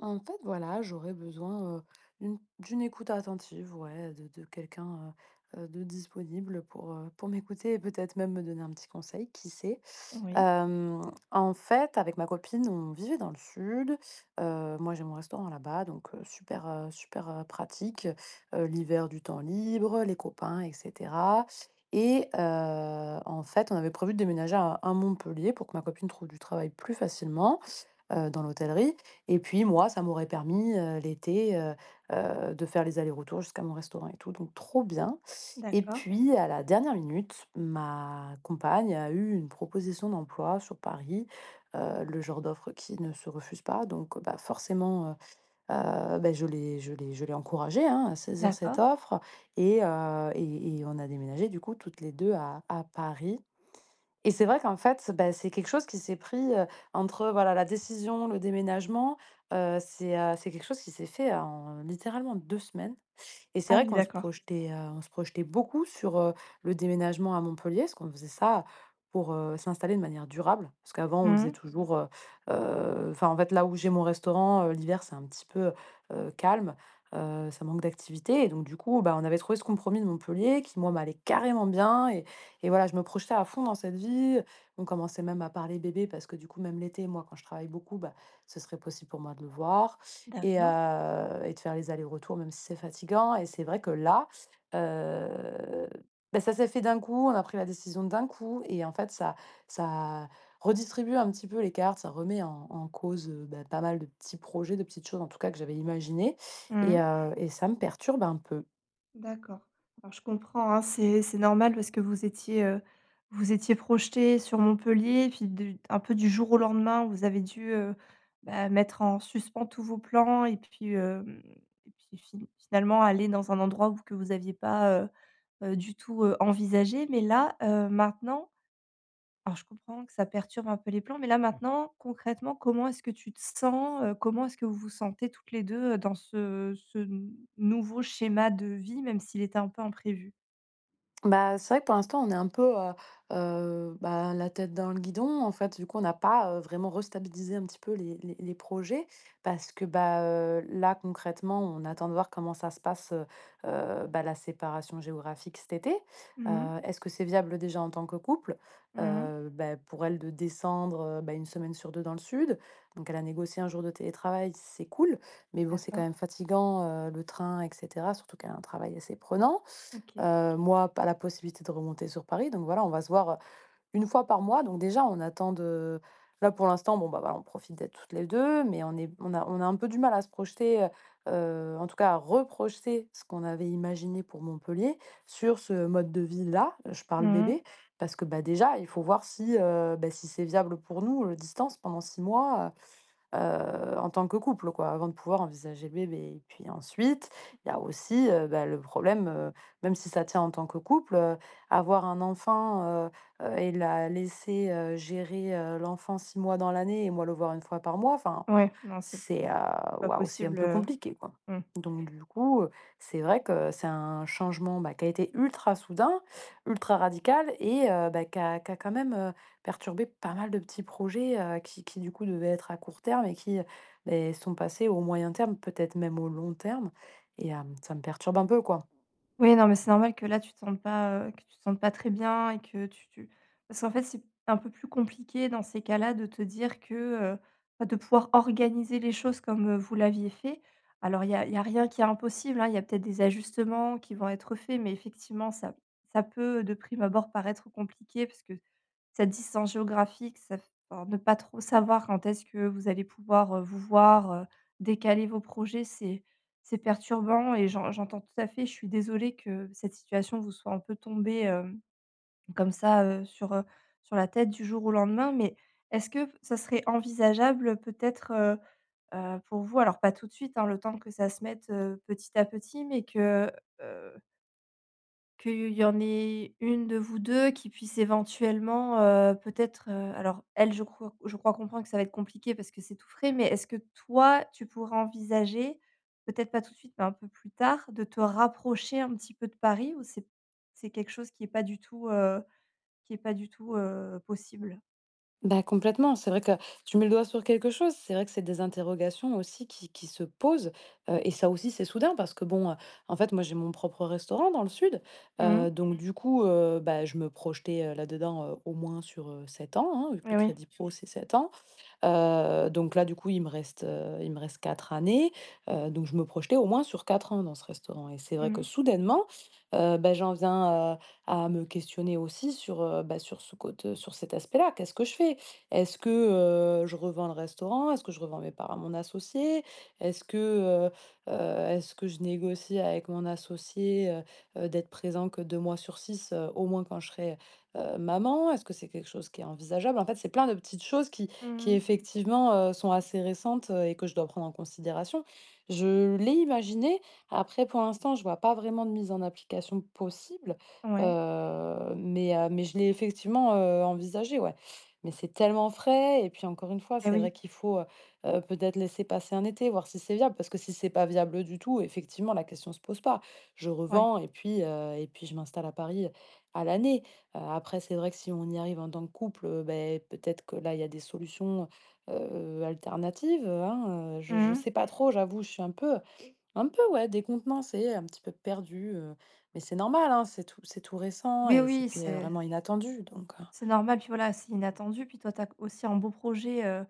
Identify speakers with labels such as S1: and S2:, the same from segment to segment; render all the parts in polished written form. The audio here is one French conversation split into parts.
S1: En fait, voilà, j'aurais besoin, d'une écoute attentive, ouais, de quelqu'un, de disponible pour m'écouter et peut-être même me donner un petit conseil, qui sait?
S2: Oui,
S1: Hem, En fait, avec ma copine, on vivait dans le sud. Moi, j'ai mon restaurant là-bas, donc super, super, pratique. L'hiver, du temps libre, les copains et cetera et en fait, on avait prévu de déménager à Montpellier pour que ma copine trouve du travail plus facilement dans l'hôtellerie et puis moi, ça m'aurait permis, l'été, de faire les allers-retours jusqu'à mon restaurant et tout, donc trop bien. Et
S2: d'accord,
S1: puis à la dernière minute, ma compagne a eu une proposition d'emploi sur Paris, le genre d'offre qui ne se refuse pas, donc bah, forcément, bah, je l'ai encouragée, hein, à saisir cette
S2: d'accord.
S1: offre et on a déménagé du coup toutes les 2 à Paris. Et c'est vrai qu'en fait, bah, c'est quelque chose qui s'est pris, entre, voilà, la décision, le déménagement, c'est quelque chose qui s'est fait en littéralement 2 semaines. Et c'est
S2: Ah
S1: vrai
S2: oui,
S1: qu'on se
S2: d'accord.
S1: projetait, on se projetait beaucoup sur, le déménagement à Montpellier, parce qu'on faisait ça pour, s'installer de manière durable. Parce qu'avant, on faisait
S2: Mmh.
S1: toujours, enfin, en fait, là où j'ai mon restaurant, l'hiver, c'est un petit peu, calme, ça manque d'activité et donc du coup, bah, on avait trouvé ce compromis de Montpellier qui, moi, m'allait carrément bien et voilà, je me projetais à fond dans cette vie. On commençait même à parler bébé parce que du coup, même l'été, moi, quand je travaille beaucoup, bah, ce serait possible pour moi de le voir et
S2: D'accord.
S1: heu et de faire les allers-retours même si c'est fatigant. Et c'est vrai que là, heu, bah, ça s'est fait d'un coup, on a pris la décision d'un coup et en fait ça redistribue un petit peu les cartes, ça remet en cause, bah, pas mal de petits projets, de petites choses en tout cas que j'avais imaginées
S2: Mmh.
S1: et ça me perturbe un peu.
S2: D'accord. Alors je comprends, hein, c'est normal parce que vous étiez projeté sur Montpellier et puis du un peu du jour au lendemain, vous avez dû, bah, mettre en suspens tous vos plans et puis, hem et puis fi finalement aller dans un endroit où que vous aviez pas, du tout, envisagé. Mais là, maintenant. Alors je comprends que ça perturbe un peu les plans, mais là maintenant, concrètement, comment est-ce que tu te sens? Comment est-ce que vous vous sentez toutes les deux, dans ce ce n nouveau schéma de vie, même s'il était un peu imprévu?
S1: Bah, c'est vrai que pour l'instant, on est un peu, bah, la tête dans le guidon. En fait, du coup, on n'a pas, vraiment restabilisé un petit peu les projets parce que, bah, là, concrètement, on attend de voir comment ça se passe, bah, la séparation géographique cet été.
S2: Mmh mh.
S1: Est-ce que c'est viable déjà en tant que couple?
S2: Mmh.
S1: Bah, pour elle de descendre, bah, 1 semaine sur 2 dans le sud. Donc elle a négocié un jour de télétravail, c'est cool. Mais bon, c'est quand
S2: D'accord,
S1: même fatigant, le train et cetera, surtout qu'elle a un travail assez prenant.
S2: OK.
S1: Moi, pas la possibilité de remonter sur Paris, donc voilà, on va se voir, une fois par mois, donc déjà on attend de là. Pour l'instant, bon, bah, voilà, on profite d'être toutes les 2 mais on est on a un peu du mal à se projeter, en tout cas à reprojeter ce qu'on avait imaginé pour Montpellier sur ce mode de vie-là. Je parle
S2: Mmh.
S1: bébé, parce que, bah, déjà, il faut voir si, bah, si c'est viable pour nous, distance pendant 6 mois, en tant que couple, quoi, avant de pouvoir envisager le bébé et puis ensuite, il y a aussi, bah, le problème, même si ça tient en tant que couple, avoir un enfant, et la laisser, gérer, l'enfant 6 mois dans l'année et moi le voir une fois par mois, enfin,
S2: Ouais, non, c'est
S1: c'est, heu,
S2: pas
S1: waouh, c'est un
S2: possible,
S1: peu compliqué, quoi.
S2: mmh.
S1: Donc du coup, c'est vrai que c'est un changement, bah, qui a été ultra soudain, ultra radical et bah, qui a quand même, perturbé pas mal de petits projets, qui du coup devaient être à court terme et qui, beh, sont passés au moyen terme, peut-être même au long terme et ça me perturbe un peu, quoi.
S2: Oui, non, mais c'est normal que là, tu te sentes pas, que tu te sentes pas très bien et que tu parce qu'en fait, c'est un peu plus compliqué dans ces cas-là de te dire que, heu, bah, de pouvoir organiser les choses comme, vous l'aviez fait. Alors il y a rien qui est impossible, hein, il y a peut-être des ajustements qui vont être faits, mais effectivement, ça peut, de prime abord, paraître compliqué parce que cette distance géographique, ça, enfin, ne pas trop savoir quand est-ce que vous allez pouvoir, vous voir, décaler vos projets, c'est perturbant et j'entends tout à fait. Je suis désolée que cette situation vous soit un peu tombée, comme ça, sur la tête du jour au lendemain. Mais est-ce que ça serait envisageable, peut-être, pour vous, alors pas tout de suite, hein, le temps que ça se mette, petit à petit, mais que, heu qu'il y en ait une de vous 2 qui puisse éventuellement, peut-être, alors elle, je crois comprendre que ça va être compliqué parce que c'est tout frais, mais est-ce que toi, tu pourrais envisager, peut-être pas tout de suite, mais un peu plus tard, de te rapprocher un petit peu de Paris ou c'est quelque chose qui est pas du tout, qui est pas du tout, possible?
S1: Bah, complètement, c'est vrai que tu mets le doigt sur quelque chose. C'est vrai que c'est des interrogations aussi qui se posent, et ça aussi, c'est soudain parce que bon, en fait, moi, j'ai mon propre restaurant dans le sud,
S2: Mmh mh.
S1: donc Mmh, du coup, bah, je me projetais, là-dedans, au moins sur, 7 ans, hein, vu que le
S2: Eh oui.
S1: crédit pro, c'est 7 ans. Donc là, du coup, il me reste 4 années, donc je me projetais au moins sur 4 ans dans ce restaurant. Et c'est vrai
S2: Mmh
S1: que
S2: mh.
S1: soudainement, bah, j'en viens, à me questionner aussi sur, bah, sur ce côté sur cet aspect-là. Qu'est-ce que je fais? Est-ce que, je revends le restaurant? Est-ce que je revends mes parts à mon associé? Est-ce que, heu est-ce que je négocie avec mon associé, d'être présent que 2 mois sur 6 au moins quand je serai, maman? Est-ce que c'est quelque chose qui est envisageable? En fait, c'est plein de petites choses qui
S2: Mmh
S1: qui
S2: mh.
S1: effectivement, sont assez récentes, et que je dois prendre en considération. Je l'ai imaginé, après pour l'instant, je vois pas vraiment de mise en application possible,
S2: Ouais.
S1: mais je l'ai effectivement, envisagé, ouais. Mais c'est tellement frais et puis encore une fois,
S2: Eh
S1: c'est vrai
S2: oui.
S1: qu'il faut, peut-être laisser passer un été, voir si c'est viable parce que si c'est pas viable du tout, effectivement, la question se pose pas. Je
S2: Ouais.
S1: revends et puis, je m'installe à Paris, à l'année. Après, c'est vrai que si on y arrive en tant que couple, beh, peut-être que là, il y a des solutions, alternatives, hein, je
S2: Mmh
S1: je
S2: mh.
S1: sais pas trop, j'avoue, je suis un peu, ouais, décontenancée, un petit peu perdue, mais c'est normal, hein, c'est tout récent
S2: Oui,
S1: et
S2: oui,
S1: c'était
S2: c'est
S1: vraiment inattendu donc
S2: c'est normal, puis voilà, c'est inattendu, puis toi, tu as aussi un beau projet,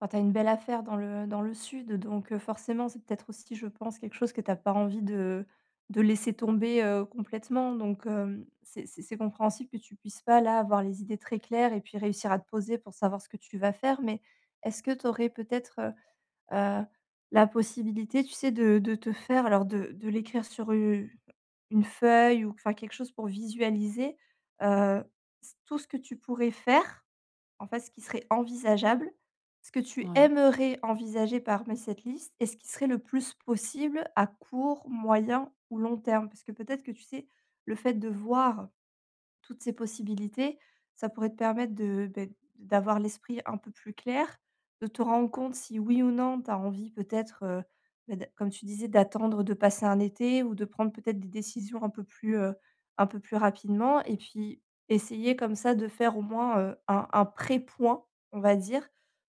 S2: enfin, tu as une belle affaire dans le sud, donc forcément, c'est peut-être aussi, je pense, quelque chose que tu as pas envie de laisser tomber, complètement. Donc c'est compréhensible que tu puisses pas, là, avoir les idées très claires et puis réussir à te poser pour savoir ce que tu vas faire. Mais est-ce que tu aurais peut-être, heu, la possibilité, tu sais, de te faire alors de l'écrire sur une feuille ou enfin quelque chose pour visualiser, heu, tout ce que tu pourrais faire, en fait, ce qui serait envisageable, ce que tu
S1: ouais.
S2: aimerais envisager parmi cette liste et ce qui serait le plus possible à court, moyen ou long terme? Parce que peut-être que, tu sais, le fait de voir toutes ces possibilités, ça pourrait te permettre de, beh, d'avoir l'esprit un peu plus clair, de te rendre compte si oui ou non tu as envie peut-être, beh, d comme tu disais, d'attendre de passer un été ou de prendre peut-être des décisions un peu plus rapidement et puis essayer comme ça de faire au moins, un pré-point, on va dire,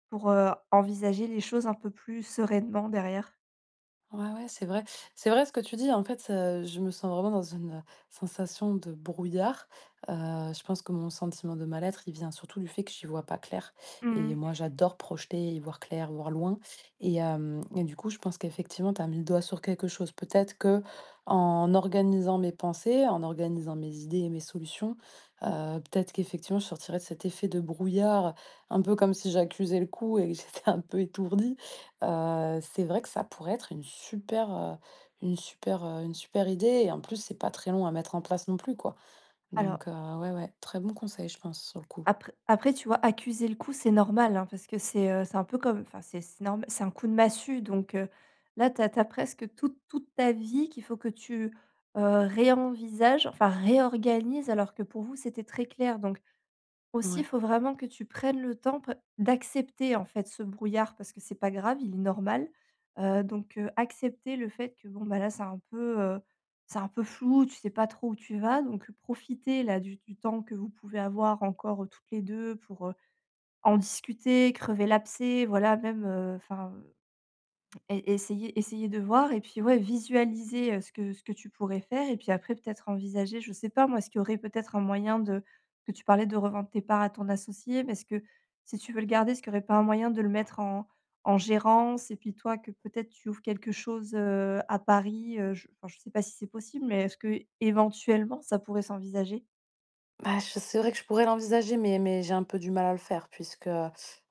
S2: pour, envisager les choses un peu plus sereinement derrière.
S1: Ouais, ouais, c'est vrai. C'est vrai ce que tu dis. En fait, je me sens vraiment dans une sensation de brouillard. Je pense que mon sentiment de mal-être, il vient surtout du fait que j'y vois pas clair. Et
S2: Mmh.
S1: moi, j'adore projeter, y voir clair, voir loin. Et, du coup, je pense qu'effectivement, tu as mis le doigt sur quelque chose. Peut-être que en organisant mes pensées, en organisant mes idées et mes solutions, peut-être qu'effectivement, je sortirais de cet effet de brouillard, un peu comme si j'accusais le coup et que j'étais un peu étourdie. C'est vrai que ça pourrait être une super idée, et en plus, c'est pas très long à mettre en place non plus, quoi.
S2: Alors.
S1: Donc ouais, ouais, très bon conseil, je pense, sur le coup.
S2: Après après, tu vois, accuser le coup, c'est normal, hein, parce que c'est un peu comme, enfin, c'est normal, c'est un coup de massue, donc là, tu as presque toute ta vie qu'il faut que tu, réenvisages, enfin réorganises, alors que pour vous, c'était très clair, donc aussi, il
S1: Ouais.
S2: faut vraiment que tu prennes le temps p d'accepter, en fait, ce brouillard parce que c'est pas grave, il est normal. Donc accepter le fait que, bon, bah, là, c'est un peu flou, tu sais pas trop où tu vas, donc profiter, là, du temps que vous pouvez avoir encore, toutes les 2 pour, en discuter, crever l'abcès, voilà, même, enfin, et essayer de voir et puis, ouais, visualiser, ce que tu pourrais faire et puis après peut-être envisager, je sais pas moi, est-ce qu'il y aurait peut-être un moyen de que tu parlais de revendre tes parts à ton associé, mais est-ce que si tu veux le garder, est-ce qu'il y aurait pas un moyen de le mettre en gérance et puis toi que peut-être tu ouvres quelque chose, à Paris, je enfin je sais pas si c'est possible, mais est-ce que éventuellement ça pourrait s'envisager?
S1: Bah, je c'est vrai que je pourrais l'envisager, mais j'ai un peu du mal à le faire puisque,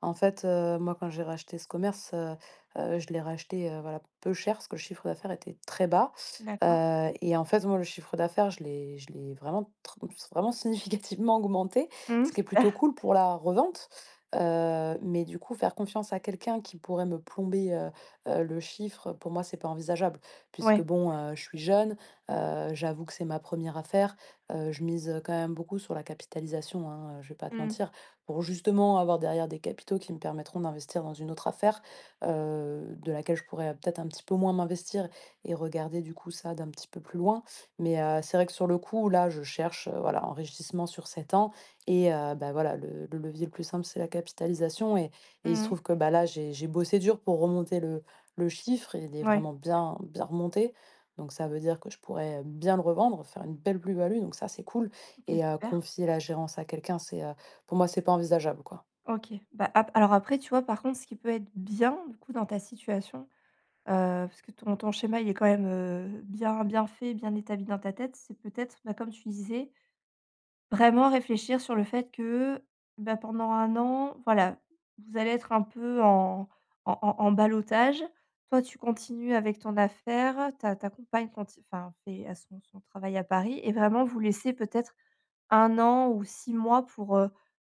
S1: en fait, moi, quand j'ai racheté ce commerce, je l'ai racheté, voilà, peu cher parce que le chiffre d'affaires était très bas,
S2: D'accord.
S1: et en fait, moi, le chiffre d'affaires, je l'ai vraiment tr vraiment significativement augmenté,
S2: Mmh,
S1: ce qui est plutôt
S2: super.
S1: cool pour la revente, mais du coup, faire confiance à quelqu'un qui pourrait me plomber, le chiffre, pour moi, c'est pas envisageable puisque
S2: Ouais.
S1: bon, je suis jeune, j'avoue que c'est ma première affaire. Je mise quand même beaucoup sur la capitalisation, hein, je vais pas te
S2: Mmh.
S1: mentir. Pour justement avoir derrière des capitaux qui me permettront d'investir dans une autre affaire, de laquelle je pourrais peut-être un petit peu moins m'investir et regarder du coup ça d'un petit peu plus loin. Mais, c'est vrai que sur le coup, là, je cherche, voilà, enrichissement sur 7 ans et bah, voilà, le levier le plus simple, c'est la capitalisation et il se
S2: Mmh.
S1: trouve que, bah, là, j'ai bossé dur pour remonter le chiffre. Il est
S2: Ouais.
S1: vraiment bien bien remonté donc ça veut dire que je pourrais bien le revendre, faire une belle plus-value, donc ça, c'est cool,
S2: OK,
S1: et
S2: super.
S1: confier la gérance à quelqu'un, pour moi, c'est pas envisageable, quoi.
S2: OK. Bah, ap alors après, tu vois, par contre, ce qui peut être bien, du coup, dans ta situation, parce que ton schéma, il est quand même, bien fait, bien établi dans ta tête, c'est peut-être, bah, comme tu disais, vraiment réfléchir sur le fait que, bah, pendant un an, voilà, vous allez être un peu en ballottage. Toi, tu continues avec ton affaire, ta compagne conti enfin, fait, à son travail à Paris et vraiment vous laisser peut-être un an ou 6 mois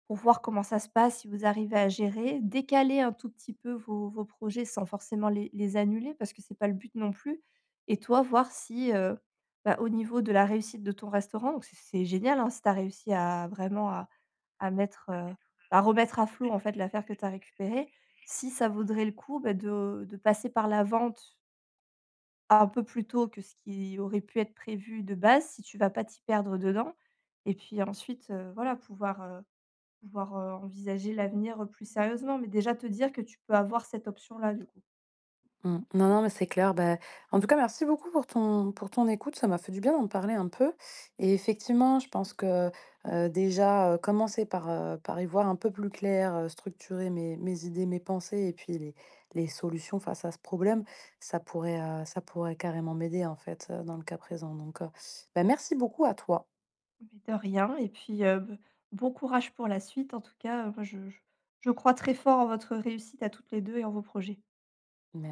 S2: pour voir comment ça se passe, si vous arrivez à gérer, décaler un tout petit peu vos projets sans forcément les annuler parce que c'est pas le but non plus et toi voir si, bah, au niveau de la réussite de ton restaurant, donc c'est génial, hein, si tu as réussi à vraiment à mettre, à remettre à flot, en fait, l'affaire que tu as récupérée, si ça vaudrait le coup, bah, de passer par la vente un peu plus tôt que ce qui aurait pu être prévu de base, si tu vas pas t'y perdre dedans et puis ensuite, voilà, pouvoir, envisager l'avenir, plus sérieusement, mais déjà te dire que tu peux avoir cette option-là du coup.
S1: Mmh. Non, non, mais c'est clair. Bah, en tout cas, merci beaucoup pour ton écoute. Ça m'a fait du bien d'en parler un peu, et effectivement, je pense que, commencer par, par y voir un peu plus clair, structurer mes idées, mes pensées et puis les solutions face à ce problème, ça pourrait carrément m'aider, en fait, dans le cas présent, donc bah, merci beaucoup à toi.
S2: Mais de rien et puis, b bon courage pour la suite en tout cas, moi je crois très fort en votre réussite à toutes les 2 et en vos projets.
S1: Merci.